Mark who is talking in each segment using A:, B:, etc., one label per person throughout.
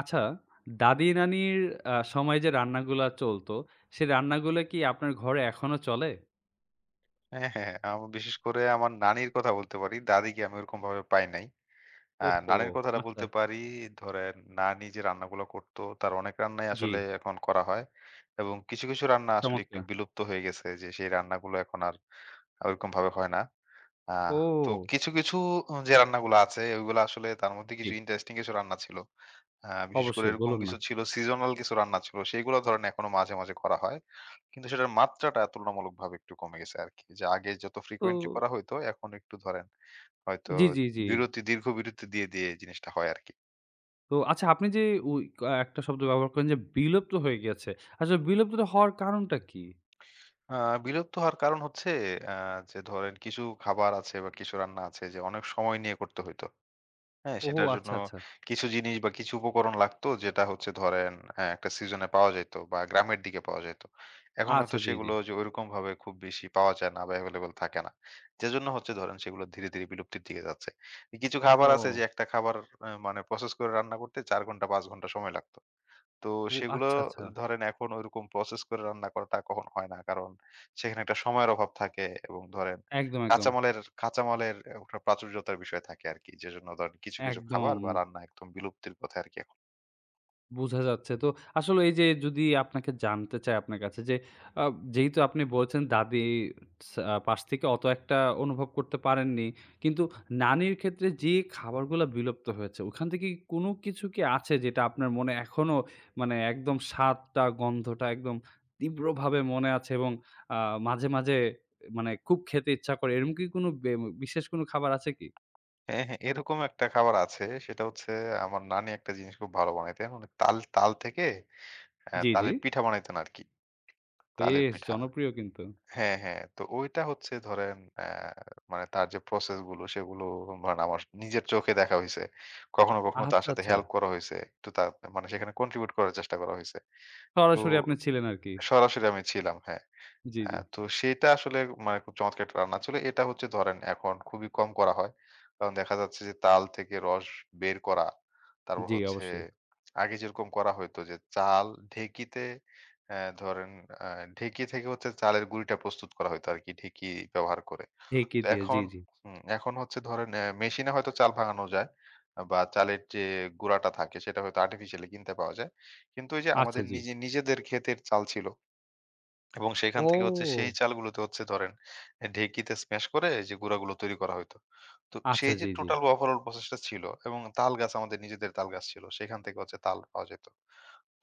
A: আচ্ছা, দাদি-নানির সময় যে রান্নাগুলা চলত, সেই রান্নাগুলা কি আপনার ঘরে এখনো চলে?
B: হ্যাঁ, হ্যাঁ। আমি বিশেষ করে আমার নানির কথা বলতে পারি। দাদিকে আমি ওরকমভাবে পাই নাই। আ
A: ওহো!
B: নানির কথাটা
A: আচ্ছা,
B: বলতে পারি। ধরেন নানি যে রান্নাগুলো করত তার অনেক রান্নাই
A: জি,
B: আসলে এখন করা হয়। এবং কিছু রান্না আসলে একটু
A: চমৎকার।
B: বিলুপ্ত হয়ে গেছে, যে সেই রান্নাগুলো এখন আর ওরকমভাবে হয় না। আ তো
A: ও!
B: কিছু যে রান্নাগুলো আছে ওইগুলো আসলে, তার মধ্যে
A: জি,
B: কিছু ইন্টারেস্টিং কিছু রান্না ছিল। বিশেষ করে
A: অবশ্যই
B: এরকম
A: বলুন না।
B: কিছু ছিল, সিজনাল কিছু রান্না ছিল। সেগুলো ধরেন এখনো মাঝে মাঝে করা হয়। কিন্তু সেটার মাত্রাটা তুলনামূলকভাবে একটু কমে গেছে আরকি। যে আগে যত
A: তো
B: frequently করা হইতো এখন একটু ধরেন হয়তো
A: জি, জি।
B: বিরতি, দীর্ঘ বিরতি দিয়ে জিনিসটা হয় আরকি।
A: তো আচ্ছা আপনি যে ওই একটা শব্দ ব্যবহার করেন যে বিলুপ্ত হয়ে গেছে। আসলে বিলুপ্ত হওয়ার কারণটা কি?
B: আ বিরক্ত হওয়ার কারণ হচ্ছে আ যে ধরেন কিছু খাবার আছে বা কিছু রান্না আছে যে অনেক সময় নিয়ে করতে হইতো। হ্যাঁ,
A: ওহো!
B: সেটার জন্য
A: আচ্ছা, আচ্ছা।
B: কিছু জিনিস বা কিছু উপকরণ লাগতো, যেটা হচ্ছে ধরেন একটা সিজনে পাওয়া যাইত বা গ্রামের দিকে পাওয়া যাইত। এখন হয়তো
A: আচ্ছা, জি, জি।
B: সেগুলো যে ঐরকমভাবে খুব বেশি পাওয়া যায় না বা এভেইলেবল থাকে না। যেজন্য হচ্ছে ধরেন সেগুলো ধীরে ধীরে বিলুপ্তির দিকে যাচ্ছে। কিছু খাবার আছে, যে
A: ও,
B: একটা খাবার মানে প্রসেস করে রান্না করতে ৪ ঘন্টা ৫ ঘন্টা সময় লাগতো। তো
A: ও
B: সেগুলো
A: আচ্ছা, আচ্ছা।
B: ধরেন এখন ওইরকম প্রসেস করে রান্না করাটা কখন হয় না। কারণ সেখানে একটা সময়ের অভাব থাকে এবং ধরেন
A: একদম, একদম।
B: কাঁচামালের কাঁচামালের একটা প্রাচুর্যতার বিষয় থাকে আরকি। যেজন্য ধরেন কিছু খাবার
A: একদম।
B: বা রান্না একদম বিলুপ্তির পথে আরকি এখন।
A: বুঝা যাচ্ছে। তো আসলে এই যে যদি আপনাকে জানতে চাই আপনার কাছে যে আ যেহেতু আপনি বলছেন দাদি সা পাশ থেকে অত একটা অনুভব করতে পারেননি। কিন্তু নানির ক্ষেত্রে যে খাবারগুলা বিলুপ্ত হয়েছে, ওখান থেকে কি কোনো কিছু কি আছে যেটা আপনার মনে এখনো মানে একদম স্বাদটা, গন্ধটা একদম তীব্রভাবে মনে আছে এবং আ মাঝে, মাঝে মানে খুব খেতে ইচ্ছা করে। এরকম কি কোনো বিশেষ কোনো খাবার আছে কি?
B: হ্যাঁ, হ্যাঁ, এরকম একটা খাবার আছে, সেটা হচ্ছে আমার নানি একটা জিনিস খুব ভালো বানাইতেন। উনি তাল তাল থেকে
A: জি, জি।
B: তালের পিঠা বানাইতেন আরকি। তালের
A: বেশ
B: পিঠা।
A: জনপ্রিয় কিন্তু।
B: হ্যাঁ, হ্যাঁ। তো ওইটা হচ্ছে ধরেন মানে তার যে প্রসেস গুলো সেগুলো ধরেন আমার নিজের চোখে দেখা হইছে। কখনো কখনো তার
A: আচ্ছা,
B: সাথে
A: আচ্ছা।
B: হেল্প করা হইছে। একটু তার মানে সেখানে কন্ট্রিবিউট করার চেষ্টা করা হইছে। তো
A: সরাসরি আপনি ছিলেন আরকি।
B: সরাসরি আমি ছিলাম, হ্যাঁ।
A: জি, জি।
B: তো সেটা আসলে মানে খুব চমৎকার একটা রান্না ছিল। এটা হচ্ছে ধরেন এখন খুবই কম করা হয়। কারণ দেখা যাচ্ছে যে তাল থেকে রস বের করা, তারপর
A: জি,
B: হচ্ছে
A: অবশ্যই।
B: আগে যেরকম করা হইতো, যে চাল ঢেঁকিতে ধরেন আ ঢেঁকি থেকে হচ্ছে চালের গুঁড়িটা প্রস্তুত করা হইতো আরকি, ঢেঁকি ব্যবহার করে।
A: ঢেঁকি
B: তো
A: দিয়ে জি,
B: এখন
A: জি।
B: এখন হচ্ছে ধরেন মেশিনে হয়তো চাল ভাঙানো যায় বা চালের যে গুঁড়াটা থাকে সেটা হয়তো আর্টিফিশিয়ালি কিনতে পাওয়া যায়। কিন্তু ওই যে
A: আচ্ছা,
B: আমাদের
A: জি।
B: নিজেদের ক্ষেতের চাল ছিল এবং সেখান থেকে হচ্ছে সেই
A: ও!
B: চালগুলোতে হচ্ছে ধরেন ঢেঁকিতে স্ম্যাশ করে এই যে গুঁড়াগুলো তৈরি করা হইতো। তো
A: আচ্ছা
B: সেই যে
A: জি, জি।
B: টোটাল ওভারঅল প্রসেসটা ছিল এবং তাল গাছ আমাদের নিজেদের তাল গাছ ছিল। সেখান থেকে হচ্ছে তাল পাওয়া যেত।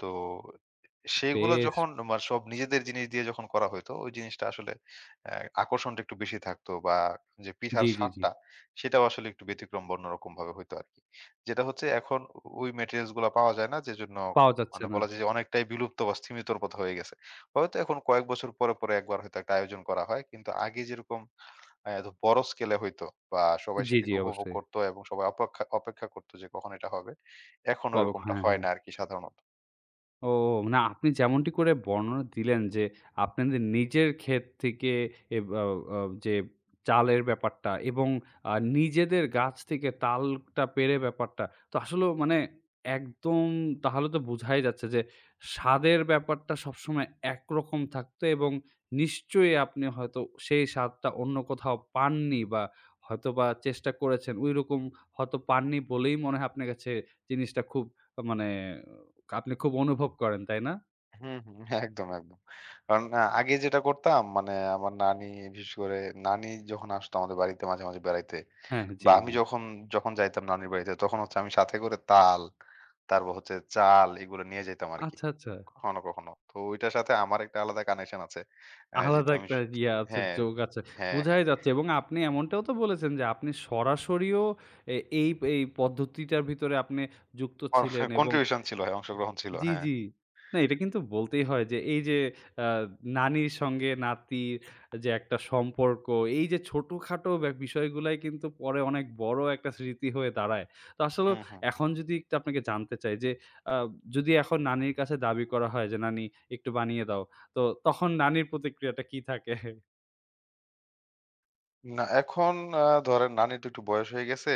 B: তো সেইগুলো
A: বেশ।
B: যখন মা সব নিজেদের জিনিস দিয়ে যখন করা হইতো, ওই জিনিসটা আসলে অ্যা আকর্ষণটা একটু বেশি থাকতো, বা যে
A: জি,
B: পিঠার
A: জি, জি।
B: স্বাদটা সেটাও আসলে একটু ব্যতিক্রম বা অন্যরকম ভাবে হইতো আরকি। যেটা হচ্ছে এখন ওই ম্যাটেরিয়ালস গুলা পাওয়া যায় না। যেজন্য
A: পাওয়া যাচ্ছে
B: মানে
A: না।
B: বলা যায় যে অনেকটাই বিলুপ্ত বা স্তিমিতর পথে হয়ে গেছে। হয়তো এখন কয়েক বছর পরে একবার হয়তো একটা আয়োজন করা হয়। কিন্তু আগে যেরকম এত বড় স্কেলে হইতো বা সবাই
A: জি, জি,
B: সেটাকে উপভোগ
A: অবশ্যই।
B: করতো এবং সবাই অপেক্ষা অপেক্ষা করতো যে কখন এটা হবে। এখন ওরকমটা
A: হ্যাঁ,
B: হয়
A: হ্যাঁ।
B: না আরকি সাধারণত।
A: ও! না আপনি যেমনটি করে বর্ণনা দিলেন যে, আপনাদের নিজের ক্ষেত থেকে আ আ যে চালের ব্যাপারটা এবং নিজেদের গাছ থেকে তালটা পেড়ে ব্যাপারটা। তো আসলেও মানে একদম তাহলে তো বোঝাই যাচ্ছে যে, স্বাদের ব্যাপারটা সবসময় একরকম থাকতো এবং নিশ্চয়ই আপনি হয়তো সেই স্বাদটা অন্য কোথাও পাননি বা হয়তোবা চেষ্টা করেছেন। ঐরকম হয়তো পাননি বলেই মনে হয় আপনার কাছে জিনিসটা খুব মানে আপনি খুব অনুভব করেন, তাই না?
B: হুম, হুম। হ্যাঁ, একদম। কারণ আগে যেটা করতাম মানে আমার নানি বিশেষ করে, নানি যখন আসতো আমাদের বাড়িতে মাঝে মাঝে বেড়াইতে
A: হ্যাঁ,
B: বা
A: জি,
B: আমি
A: জি।
B: যখন যখন যাইতাম নানির বাড়িতে, তখন হচ্ছে আমি সাথে করে তাল, তারপর হচ্ছে চাল এগুলো নিয়ে যাইতাম আরকি।
A: আচ্ছা, আচ্ছা।
B: কখনো কখনো। তো ওইটার সাথে আমার একটা আলাদা কানেকশন আছে।
A: আলাদা
B: যেহেতু আমি
A: একটা ইয়ে আছে,
B: হ্যাঁ,
A: যোগ আছে।
B: হ্যাঁ,
A: বুঝাই
B: হ্যাঁ।
A: যাচ্ছে এবং আপনি এমনটাও তো বলেছেন যে আপনি সরাসরিও এই এই পদ্ধতিটার ভিতরে আপনি যুক্ত
B: অর
A: ছিলেন এবং
B: কন্ট্রিবিউশন ছিল, হ্যাঁ, অংশগ্রহণ ছিল।
A: জি,
B: হ্যাঁ।
A: জি। না এটা কিন্তু বলতেই হয় যে এই যে আ নানির সঙ্গে নাতির যে একটা সম্পর্ক, এই যে ছোটখাটো বিষয়গুলাই কিন্তু পরে অনেক বড় একটা স্মৃতি হয়ে দাঁড়ায়। তো আসলেও
B: হুম, হুম।
A: এখন যদি একটু আপনাকে জানতে চাই যে আ যদি এখন নানির কাছে দাবি করা হয় যে, "নানি একটু বানিয়ে দাও।" তো তখন নানির প্রতিক্রিয়াটা কি থাকে?
B: না এখন ধরেন নানির তো একটু বয়স হয়ে গেছে।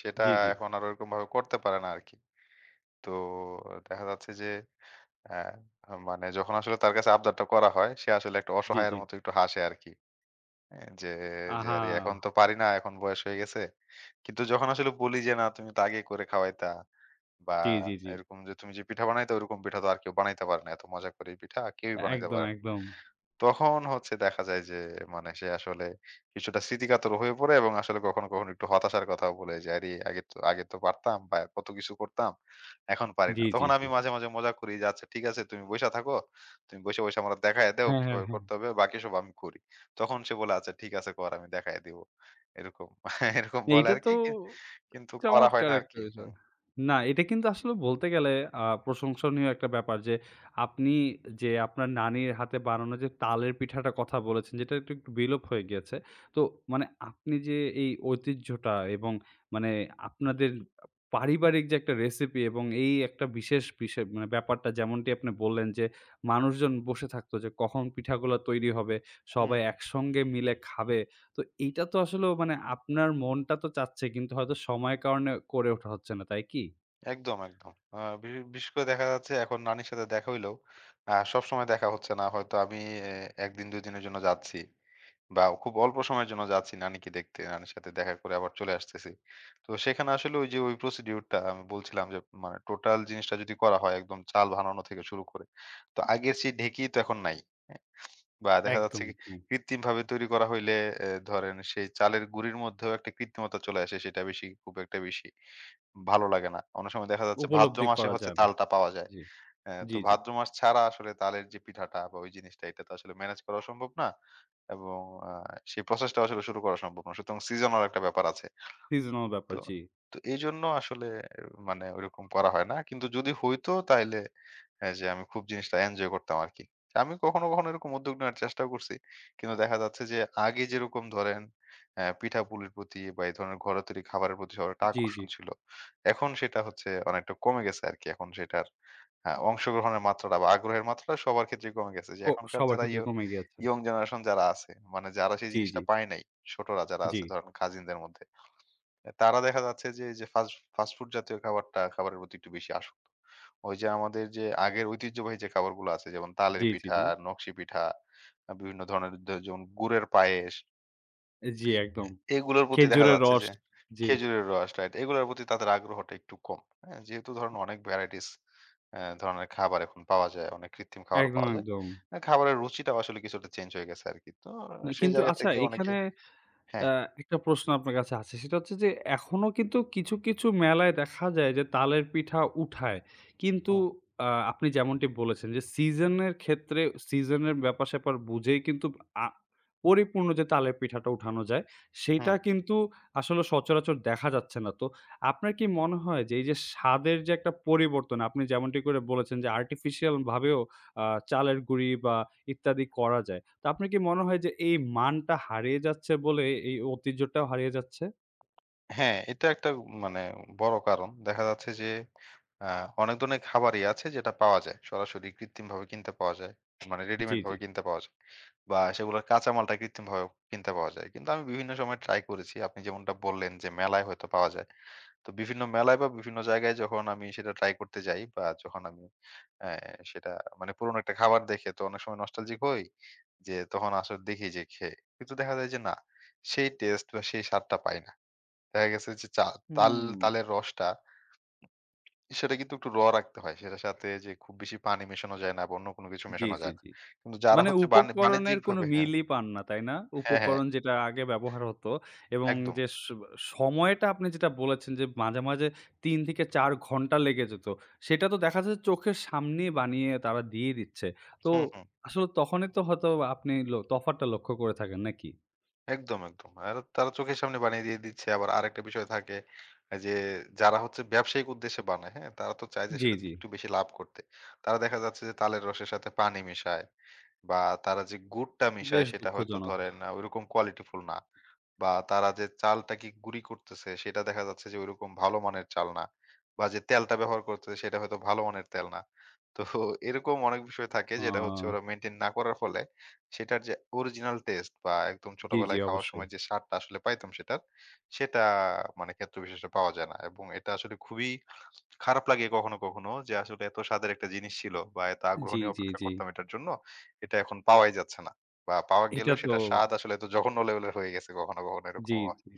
B: সেটা
A: জি, জি,
B: এখন আর ওরকমভাবে করতে পারে না আরকি। তো দেখা যাচ্ছে যে অ্যা মানে যখন আসলে তার কাছে আবদারটা করা হয়, সে আসলে একটা
A: জি,
B: অসহায়ের
A: জি।
B: মতো একটু হাসে আরকি। অ্যা যে, যে,
A: আহা!
B: আরে এখন তো পারি না, এখন বয়স হয়ে গেছে। কিন্তু যখন আসলে বলি যে না, তুমি তো আগে করে খাওয়াইতা, বা
A: জি।
B: এরকম যে তুমি যে পিঠা বানাইতা ওরকম পিঠা তো আর কেউ বানাইতে পারে না। এত মজা করে এই পিঠা কেউই বানাইতে
A: একদম,
B: পারে না।
A: একদম।
B: তখন হচ্ছে দেখা যায় যে মানে সে আসলে কিছুটা স্মৃতিকাতর হয়ে পড়ে এবং আসলে কখনো কখনো একটু হতাশার কথাও বলে যে আরে আগে তো পারতাম বা কত কিছু করতাম, এখন পারি না।
A: জি, জি,
B: তখন
A: জি।
B: আমি মাঝে মাঝে মজা করি যে আচ্ছা ঠিক আছে তুমি বইসা থাকো, তুমি বসে বসে আমার দেখায় দাও
A: হ্যাঁ, হ্যাঁ,
B: কিভাবে
A: হ্যাঁ।
B: করতে হবে, বাকি সব আমি করি। তখন সে বলে আচ্ছা ঠিক আছে কর, আমি দেখায় দিব। এরকম এরকম বলে
A: এইটা
B: আর
A: তো
B: কি কি- কিন্তু করা হয়
A: চমৎকার
B: না আর
A: একটা
B: কি।
A: বিষয়। না, এটা কিন্তু আসলে বলতে গেলে প্রশংসনীয় একটা ব্যাপার যে, আপনি যে আপনার নানির হাতে বানানো যে তালের পিঠাটার কথা বলেছেন, যেটা একটু, একটু বিলোপ হয়ে গিয়েছে। তো মানে আপনি যে এই ঐতিহ্যটা এবং মানে আপনাদের পারিবারিক যে একটা রেসিপি এবং এই একটা বিশেষ বিষয় মানে ব্যাপারটা যেমনটি আপনি বললেন যে, মানুষজন বসে থাকতো যে কখন পিঠাগুলা তৈরি হবে, সবাই
B: হুম।
A: একসঙ্গে মিলে খাবে। তো এইটা তো আসলেও মানে আপনার মনটা তো চাচ্ছে কিন্তু হয়তো সময়ের কারণে করে ওঠা হচ্ছে না, তাই কি?
B: একদম। বি বিশেষ করে দেখা যাচ্ছে এখন নানির সাথে দেখা হইলেও সবসময় দেখা হচ্ছে না। হয়তো আমি এ ১ দিন ২ দিনের জন্য যাচ্ছি বা খুব অল্প সময়ের জন্য যাচ্ছি নানিকে দেখতে। নানির সাথে দেখা করে আবার চলে আসতেছি। তো সেখানে আসলে ওই যে ওই প্রসিডিউর টা আমি বলছিলাম যে মানে টোটাল জিনিসটা যদি করা হয় একদম চাল বানানো থেকে শুরু করে। তো আগের সেই ঢেঁকি তো এখন নাই। হ্যাঁ? বা দেখা যাচ্ছে
A: একদম,
B: কি,
A: একদম।
B: কৃত্রিমভাবে তৈরি করা হইলে ধরেন সেই চালের গুঁড়ির মধ্যেও একটা কৃত্রিমতা চলে আসে। সেটা বেশি খুব একটা বেশি ভালো লাগে না। অনেক সময় দেখা যাচ্ছে ভাদ্র
A: উপলব্ধি
B: মাসে
A: করা
B: হচ্ছে
A: যায় না।
B: তালটা পাওয়া যায়।
A: জি,
B: হ্যাঁ, তো
A: জি, জি।
B: ভাদ্র মাস ছাড়া আসলে তালের যে পিঠাটা বা ওই জিনিসটা, এটা তো আসলে ম্যানেজ করা সম্ভব না। এবং আ সেই প্রসেসটা আসলে শুরু করা সম্ভব না। সুতরাং সিজনাল একটা ব্যাপার আছে।
A: সিজনাল ব্যাপার।
B: তো,
A: জি,
B: তো, এইজন্য আসলে মানে ওইরকম করা হয় না। কিন্তু যদি হইতো তাইলে হ্যাঁ, যে আমি খুব জিনিসটা এনজয় করতাম আরকি। আমি কখনো কখনো এরকম উদ্যোগ নেওয়ার চেষ্টাও করছি। কিন্তু দেখা যাচ্ছে যে আগে যেরকম ধরেন পিঠাপুলির প্রতি বা এই ধরনের ঘরোয়া তৈরি খাবারের প্রতি সবার একটা
A: জি, জি।
B: আকর্ষণ ছিল। এখন সেটা হচ্ছে অনেকটা কমে গেছে আরকি। এখন সেটার অংশগ্রহণের মাত্রাটা বা আগ্রহের মাত্রাটা সবার ক্ষেত্রেই কমে গেছে। যে
A: ক
B: এখনকার
A: সবার
B: যারা
A: ক্ষেত্রে কমে গিয়েছে।
B: ইয়ং জেনারেশন যারা আছে, মানে যারা সেই
A: জি, জি,
B: জিনিসটা পায় নাই, ছোটরা যারা
A: জি,
B: আছে ধরেন কাজিনদের মধ্যে, তারা দেখা যাচ্ছে যে এই যে ফাস্ট ফাস্ট ফুড জাতীয় খাবারের প্রতি একটু বেশি আসক্ত। ওই যে আমাদের যে আগের ঐতিহ্যবাহী যে খাবারগুলো আছে যেমন তালের
A: জি, জি,
B: পিঠা,
A: জি।
B: নকশি পিঠা, বিভিন্ন ধরনের যেমন গুড়ের পায়েস,
A: জি,
B: এ
A: একদম।
B: এগুলোর প্রতি দেখা
A: খেজুরের
B: যাচ্ছে
A: রস।
B: যে
A: জি,
B: খেজুরের রস, রাইট? এগুলোর প্রতি তাদের আগ্রহটা একটু কম। হ্যাঁ? যেহেতু ধরেন অনেক ভ্যারাইটিস ধরনের খাবার এখন পাওয়া যায়, অনেক কৃত্রিম খাবারও
A: একদম,
B: পাওয়া যায়।
A: একদম।
B: খাবারের রুচিটাও আসলে কিছুটা চেঞ্জ হয়ে গেছে আরকি। তো
A: না
B: আহ, সেই
A: কিন্তু
B: জায়গা
A: আচ্ছা
B: থেকে অনেকে
A: এখানে
B: হ্যাঁ,
A: অ্যা একটা প্রশ্ন আপনার কাছে আছে। সেটা হচ্ছে যে এখনো কিন্তু কিছু, কিছু মেলায় দেখা যায় যে তালের পিঠা উঠায়। কিন্তু
B: হুম,
A: আপনি যেমনটি বলেছেন যে সিজন এর ক্ষেত্রে সিজন এর ব্যাপার-স্যাপার বুঝেই কিন্তু আ পরিপূর্ণ যে তালের পিঠাটা উঠানো যায়,
B: হুম।
A: সেইটা কিন্তু আসলে সচরাচর দেখা যাচ্ছে না। তো আপনার কি মনে হয় যে এই যে স্বাদের যে একটা পরিবর্তন আপনি যেমনটি করে বলেছেন যে আর্টিফিশিয়াল ভাবেও আ চালের গুঁড়ি বা ইত্যাদি করা যায়। তো আপনার কি মনে হয় যে এই মানটা হারিয়ে যাচ্ছে বলে এই ঐতিহ্যটাও হারিয়ে যাচ্ছে?
B: হ্যাঁ, এটা একটা মানে বড় কারণ। দেখা যাচ্ছে যে আ অনেক ধরনের খাবারই আছে যেটা পাওয়া যায়। সরাসরি কৃত্রিমভাবে কিনতে পাওয়া যায়। মানে
A: জি,
B: রেডিমেড
A: জি।
B: ভাবে কিনতে পাওয়া যায়। বা সেগুলোর কাঁচামালটা কৃত্রিমভাবে কিনতে পাওয়া যায়। কিন্তু আমি বিভিন্ন সময় ট্রাই করেছি। আপনি যেমনটা বললেন যে মেলায় হয়তো পাওয়া যায়। তো বিভিন্ন মেলায় বা বিভিন্ন জায়গায় যখন আমি সেটা ট্রাই করতে যাই, বা যখন আমি অ্যা সেটা মানে পুরনো একটা খাবার দেখে তো অনেক সময় নস্টালজিক হই। যে তখন আসলে দেখি যে খেয়ে। কিন্তু দেখা যায় যে না, সেই টেস্ট বা সেই স্বাদটা পাই না। দেখা গেছে যে তাল
A: হুম।
B: তালের রসটা, সেটা কিন্তু একটু রাখতে হয়। সেটার সাথে যে খুব বেশি পানি মেশানো যায় না বা অন্য কোনো কিছু
A: জি,
B: মেশানো
A: জি,
B: যায় না।
A: জি।
B: কিন্তু যারা
A: মানে
B: হচ্ছে
A: উপকরণের কোনো
B: বাণিজ্যিকভাবে, হ্যাঁ,
A: মিলই পান না, তাই না?
B: হ্যাঁ, হ্যাঁ,
A: উপকরণ যেটা আগে ব্যবহার হতো এবং
B: একদম।
A: যে সময়টা আপনি যেটা বলেছেন যে মাঝে, মাঝে ৩ থেকে ৪ ঘন্টা লেগে যেত। সেটা তো দেখা যাচ্ছে চোখের সামনেই বানিয়ে তারা দিয়ে দিচ্ছে। তো
B: হুম, হুম।
A: আসলে তখনই তো হয়তো আপনি তফাৎটা লক্ষ্য করে থাকেন নাকি?
B: একদম। আর তারা চোখের সামনে বানিয়ে দিয়ে দিচ্ছে। আবার আরেকটা বিষয় থাকে যে যারা হচ্ছে ব্যবসায়িক উদ্দেশ্যে বানায়, হ্যাঁ? তারা তো চায় যে
A: জি,
B: সেটা
A: জি।
B: থেকে একটু বেশি লাভ করতে। তারা দেখা যাচ্ছে যে তালের রসের সাথে পানি মিশায় বা তারা যে গুড়টা মিশায়
A: বেশ
B: সেটা হয়তো
A: দুঃখজনক।
B: ধরেন ওইরকম কোয়ালিটিফুল না। বা তারা যে চালটাকে গুঁড়ি করতেছে সেটা দেখা যাচ্ছে যে ওইরকম ভালো মানের চাল না। বা যে তেলটা ব্যবহার করতেছে সেটা হয়তো ভালো মানের তেল না। তো এরকম অনেক বিষয় থাকে,
A: আ
B: যেটা হচ্ছে ওরা মেইনটেইন না করার ফলে সেটার যে অরিজিনাল টেস্ট বা একদম
A: জি, জি
B: ছোটবেলায় খাওয়ার
A: অবশ্যই।
B: সময় যে স্বাদটা আসলে পাইতাম সেটার, সেটা মানে ক্ষেত্র বিশেষে পাওয়া যায় না। এবং এটা আসলে খুবই খারাপ লাগে কখনো কখনো, যে আসলে এত স্বাদের একটা জিনিস ছিল বা এত আগ্রহ
A: জি,
B: নিয়ে
A: জি,
B: অপেক্ষা
A: জি।
B: করতাম এটার জন্য। এটা এখন পাওয়াই যাচ্ছে না। বা পাওয়া
A: এটা
B: গেলেও
A: তো
B: সেটার স্বাদ আসলে এত জঘন্য লেভেলের হয়ে গেছে, কখনো কখনো
A: জি,
B: এরকমও হয়।
A: জি।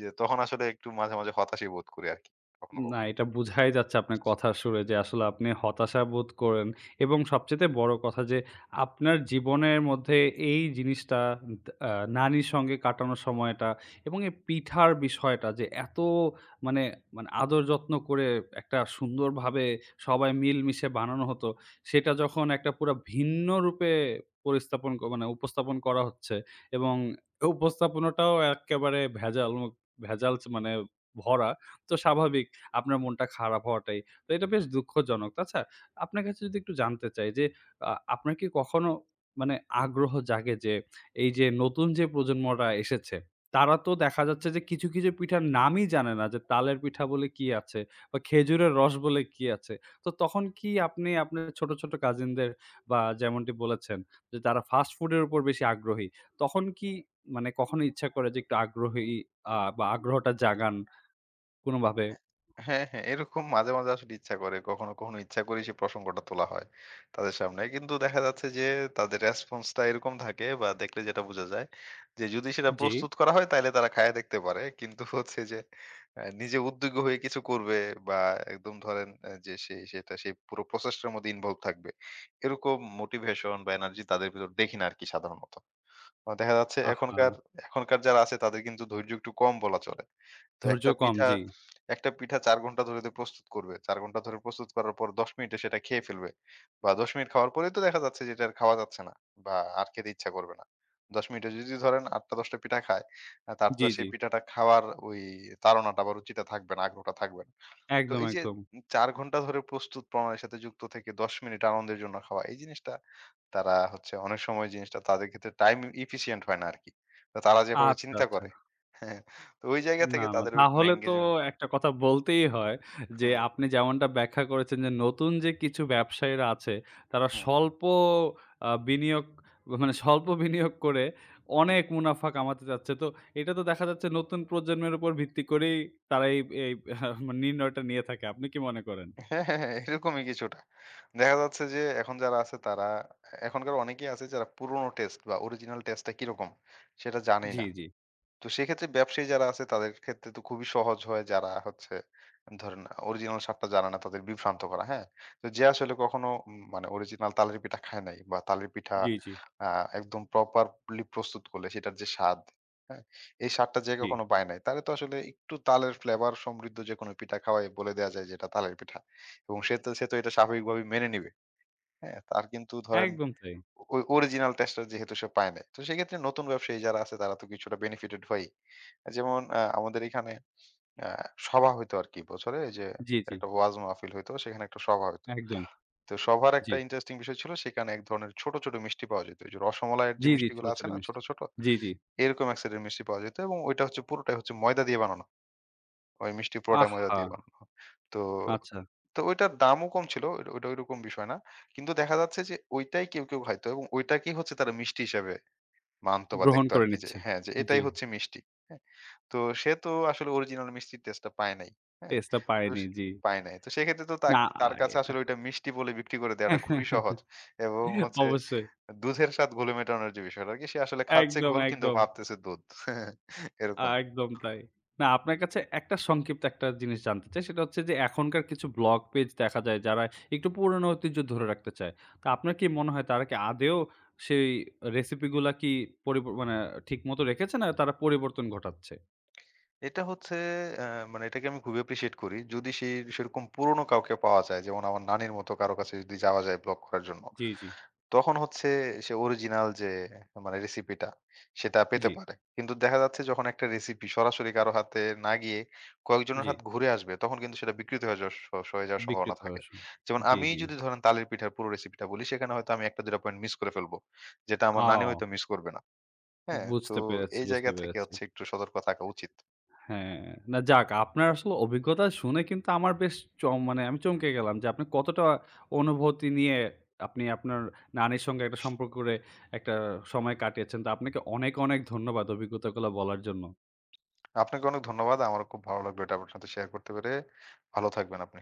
B: যে তখন আসলে একটু মাঝে মাঝে হতাশই বোধ করি আরকি। কখনো,
A: না,
B: কখনো।
A: এটা বুঝাই যাচ্ছে আপনার কথার সুরে যে আসলে আপনি হতাশা বোধ করেন এবং সবচাইতে বড় কথা যে আপনার জীবনের মধ্যে এই জিনিসটা দা আ নানির সঙ্গে কাটানোর সময়টা এবং এই পিঠার বিষয়টা যে এত মানে, মানে আদর যত্ন করে একটা সুন্দরভাবে সবাই মিলমিশে বানানো হতো, সেটা যখন একটা পুরা ভিন্ন রূপে পরিস্থাপন মানে উপস্থাপন করা হচ্ছে এবং উপস্থাপনাটাও এক্কেবারে ভেজাল চ মানে ভরা। তো স্বাভাবিক আপনার মনটা খারাপ হওয়াটাই। তো এটা বেশ দুঃখজনক। আচ্ছা, আপনার কাছে যদি একটু জানতে চাই যে, আপনার কি কখনো মানে আগ্রহ জাগে যে, এই যে নতুন যে প্রজন্মরা এসেছে, তারা তো দেখা যাচ্ছে যে কিছু, কিছু পিঠার নামই জানে না যে তালের পিঠা বলে কি আছে বা খেজুরের রস বলে কি আছে। তো তখন কি আপনি আপনার ছোট, ছোট কাজিনদের বা যেমনটি বলেছেন যে তারা ফাস্ট ফুডের উপর বেশি আগ্রহী। তখন কি মানে কখনো ইচ্ছা করে যে একটু আগ্রহী বা আগ্রহটা জাগান কোনোভাবে?
B: হ্যাঁ, হ্যাঁ। এরকম মাঝে মাঝে আসলে ইচ্ছা করে। কখনো কখনো ইচ্ছা করেই সেই প্রসঙ্গটা তোলা হয় তাদের সামনে। কিন্তু দেখা যাচ্ছে যে তাদের রেসপন্স টা এরকম থাকে বা দেখলে যেটা বোঝা যায় যে যদি সেটা
A: জি।
B: প্রস্তুত করা হয় তাইলে তারা খায়া দেখতে পারে। কিন্তু হচ্ছে যে নিজে উদ্যোগী হয়ে কিছু করবে বা একদম ধরেন যে সে সেটা সেই পুরো প্রসেসটার মধ্যে ইনভলভ থাকবে। এরকম মোটিভেশন বা এনার্জি তাদের ভেতর দেখি না আরকি সাধারণত। দেখা যাচ্ছে
A: আহা!
B: এখনকার এখনকার যারা আছে তাদের কিন্তু ধৈর্য একটু কম বলা চলে। তো
A: ধৈর্য কম, জি।
B: একটা পিঠা ৪ ঘন্টা ধরে তো প্রস্তুত করবে। ৪ ঘন্টা ধরে প্রস্তুত করার পর ১০ মিনিটে সেটা খেয়ে ফেলবে। বা ১০ মিনিট খাওয়ার পরেই তো দেখা যাচ্ছে যে এটা আর খাওয়া যাচ্ছে না বা আর খেতে ইচ্ছা করবে না। ১০ মিনিটে যদি ধরেন ৮টা ১০টা পিঠা খায়, তার তো
A: জি,
B: আর
A: জি।
B: সেই পিঠাটা খাওয়ার ওই তাড়নাটা বা রুচিটা থাকবে না, আগ্রহটা থাকবে না। তো
A: একদম,
B: এই যে
A: একদম।
B: ৪ ঘন্টা ধরে প্রস্তুত প্রণালীর সাথে যুক্ত থেকে ১০ মিনিট আনন্দের জন্য খাওয়া, এই জিনিসটা তারা হচ্ছে অনেক সময় জিনিসটা তাদের ক্ষেত্রে টাইম ইফিশিয়েন্ট হয় না আরকি। তো তারা যেভাবে
A: আচ্ছা,
B: চিন্তা
A: আচ্ছা।
B: করে, হ্যাঁ, তো ওই জায়গা
A: না,
B: থেকে
A: না
B: তাদের ওরকম
A: তাহলে তো
B: এনগেজমেন্ট।
A: একটা কথা বলতেই হয় যে
B: হুম,
A: আপনি যেমনটা ব্যাখ্যা করেছেন যে নতুন যে কিছু ব্যবসায়ীরা আছে তারা
B: হুম,
A: স্বল্প বিনিয়োগ মানে স্বল্প বিনিয়োগ করে
B: হুম।
A: অনেক মুনাফা কামাতে চাচ্ছে। তো এটা তো দেখা যাচ্ছে নতুন প্রজন্মের উপর ভিত্তি করেই তারা এই এই মানে নির্ণয়টা নিয়ে থাকে। আপনি কি মনে করেন?
B: হ্যাঁ, হ্যাঁ, হ্যাঁ, এরকমই কিছুটা। দেখা যাচ্ছে যে এখন যারা আছে তারা এখনকার অনেকেই আছে যারা পুরোনো টেস্ট বা অরিজিনাল টেস্টটা কিরকম সেটা জানেই
A: জি,
B: না।
A: জি।
B: তো সেক্ষেত্রে ব্যবসায়ী যারা আছে তাদের ক্ষেত্রে তো খুবই সহজ হয়, যারা হচ্ছে ধরেন অরিজিনাল স্বাদটা জানে না তাদের বিভ্রান্ত করা। হ্যাঁ। তো যে আসলে কখনো মানে অরিজিনাল তালের পিঠা খায় নাই, বা তালের পিঠা
A: জি, জি,
B: আহ, একদম প্রপারলি প্রস্তুত করলে সেটার যে স্বাদ, হ্যাঁ, এই স্বাদটা যে
A: জি।
B: কখনো পায় নাই, তাহলে তো আসলে একটু তালের ফ্লেভার সমৃদ্ধ যে কোনো পিঠা খাওয়াই বলে দেওয়া যায় যেটা তালের পিঠা। এবং সে তো এটা স্বাভাবিকভাবে মেনে নিবে। হ্যাঁ, তার কিন্তু ধরেন
A: একদম তাই।
B: ওই অরিজিনাল টেস্টটা যেহেতু সে পায় নাই। তো সেক্ষেত্রে নতুন ব্যবসায়ী যারা আছে তারা তো কিছুটা বেনিফিটেড হয়ই। যেমন আমাদের এখানে আ সভা হইতো আরকি বছরে, এই যে
A: জি, জি।
B: একটা ওয়াজ মাহফিল হইতো, সেখানে একটা সভা হইতো।
A: একদম।
B: তো সভার
A: জি।
B: একটা ইন্টারেস্টিং বিষয় ছিল, সেখানে এক ধরনের ছোট ছোট মিষ্টি পাওয়া যেত। ওই যে রসমালাইয়ের যে
A: জি, জি, ছোট,
B: মিষ্টিগুলো আছে
A: ছোট
B: না ছোট,
A: মিষ্টি।
B: ছোট?
A: জি, জি।
B: এরকম এক সেটের মিষ্টি পাওয়া যেত এবং ওইটা হচ্ছে পুরোটাই হচ্ছে ময়দা দিয়ে বানানো। ওই মিষ্টি পুরোটাই ময়দা
A: আহা!
B: দিয়ে বানানো। তো
A: আচ্ছা।
B: তো ওইটার দামও কম ছিল। ওইটা ওইটা ওইরকম বিষয় না। কিন্তু দেখা যাচ্ছে যে ওইটাই কেউ কেউ খাইতো এবং ওইটাকেই হচ্ছে তারা মিষ্টি হিসেবে মানতো বা
A: গ্রহণ
B: দেখতো
A: করে
B: আরকি যে
A: নিচ্ছে।
B: হ্যাঁ, যে
A: জি,
B: এটাই হচ্ছে মিষ্টি। হ্যাঁ? তো সে তো আসলে অরিজিনাল মিষ্টির টেস্টটা পায় নাই। হ্যাঁ?
A: টেস্টটা
B: তো
A: পায়নি।
B: স
A: জি।
B: পায় নাই। তো সেক্ষেত্রে তো
A: না
B: তার কাছে
A: এটা
B: আসলে ওইটা মিষ্টি বলে বিক্রি করে দেওয়াটা খুবই সহজ। এবং হচ্ছে
A: অবশ্যই।
B: দুধের স্বাদ ঘোলে মেটানোর যে বিষয়টা আরকি, সে আসলে খাচ্ছে
A: একদম,
B: ঘোল কিন্তু
A: একদম।
B: ভাবতেছে দুধ। এরকম।
A: একদম তাই। না আপনার কাছে একটা সংক্ষিপ্ত একটা জিনিস জানতে চাই। সেটা হচ্ছে যে এখনকার কিছু ব্লগ পেজ দেখা যায় যারা একটু পুরনো ঐতিহ্য ধরে রাখতে চায়। তো আপনার কি মনে হয় তারা কি আদেও সেই রেসিপি গুলা কি মানে ঠিক মতো রেখেছে না তারা পরিবর্তন ঘটাচ্ছে?
B: এটা হচ্ছে অ্যা মানে এটাকে আমি খুবই অ্যাপ্রিশিয়েট করি। যদি সেই সেরকম পুরনো কাউকে পাওয়া যায় যেমন আমার নানির মতো কারো কাছে যদি যাওয়া যায় ব্লগ করার জন্য।
A: জি, জি,
B: তখন হচ্ছে সে অরিজিনাল যে মানে রেসিপিটা সেটা
A: জি,
B: পেতে পারে। কিন্তু দেখা যাচ্ছে যখন একটা রেসিপি সরাসরি কারো হাতে না গিয়ে কয়েকজনের
A: জি।
B: হাত ঘুরে আসবে তখন কিন্তু সেটা বিকৃত হয়ে যাওয়ার হয়ে যাওয়ার সম্ভাবনা
A: বিকৃত
B: থাকে।
A: হয়ে শুরু
B: যেমন
A: জি,
B: আমি
A: জি।
B: যদি ধরেন তালের পিঠার পুরো রেসিপিটা বলি সেখানে হয়তো আমি ১ টা ২ টা পয়েন্ট মিস করে ফেলবো। যেটা আমার নানি
A: ও
B: হয়তো মিস করবে না। হ্যাঁ? তো
A: বুঝতে পেরেছি,
B: এই
A: বুঝতে
B: জায়গা থেকে
A: পেরেছি।
B: হচ্ছে একটু সতর্ক থাকা উচিত।
A: হ্যাঁ, না যাক আপনার আসলে অভিজ্ঞতা শুনে কিন্তু আমার বেশ মানে আমি চমকে গেলাম যে আপনি কতটা অনুভূতি নিয়ে আপনি আপনার নানির সঙ্গে একটা সম্পর্ক করে একটা সময় কাটিয়েছেন। তো আপনাকে অনেক, অনেক ধন্যবাদ অভিজ্ঞতাগুলো বলার জন্য।
B: আপনাকে অনেক ধন্যবাদ। আমারও খুব ভালো লাগলো এটা আপনার সাথে শেয়ার করতে পেরে। ভালো থাকবেন আপনি।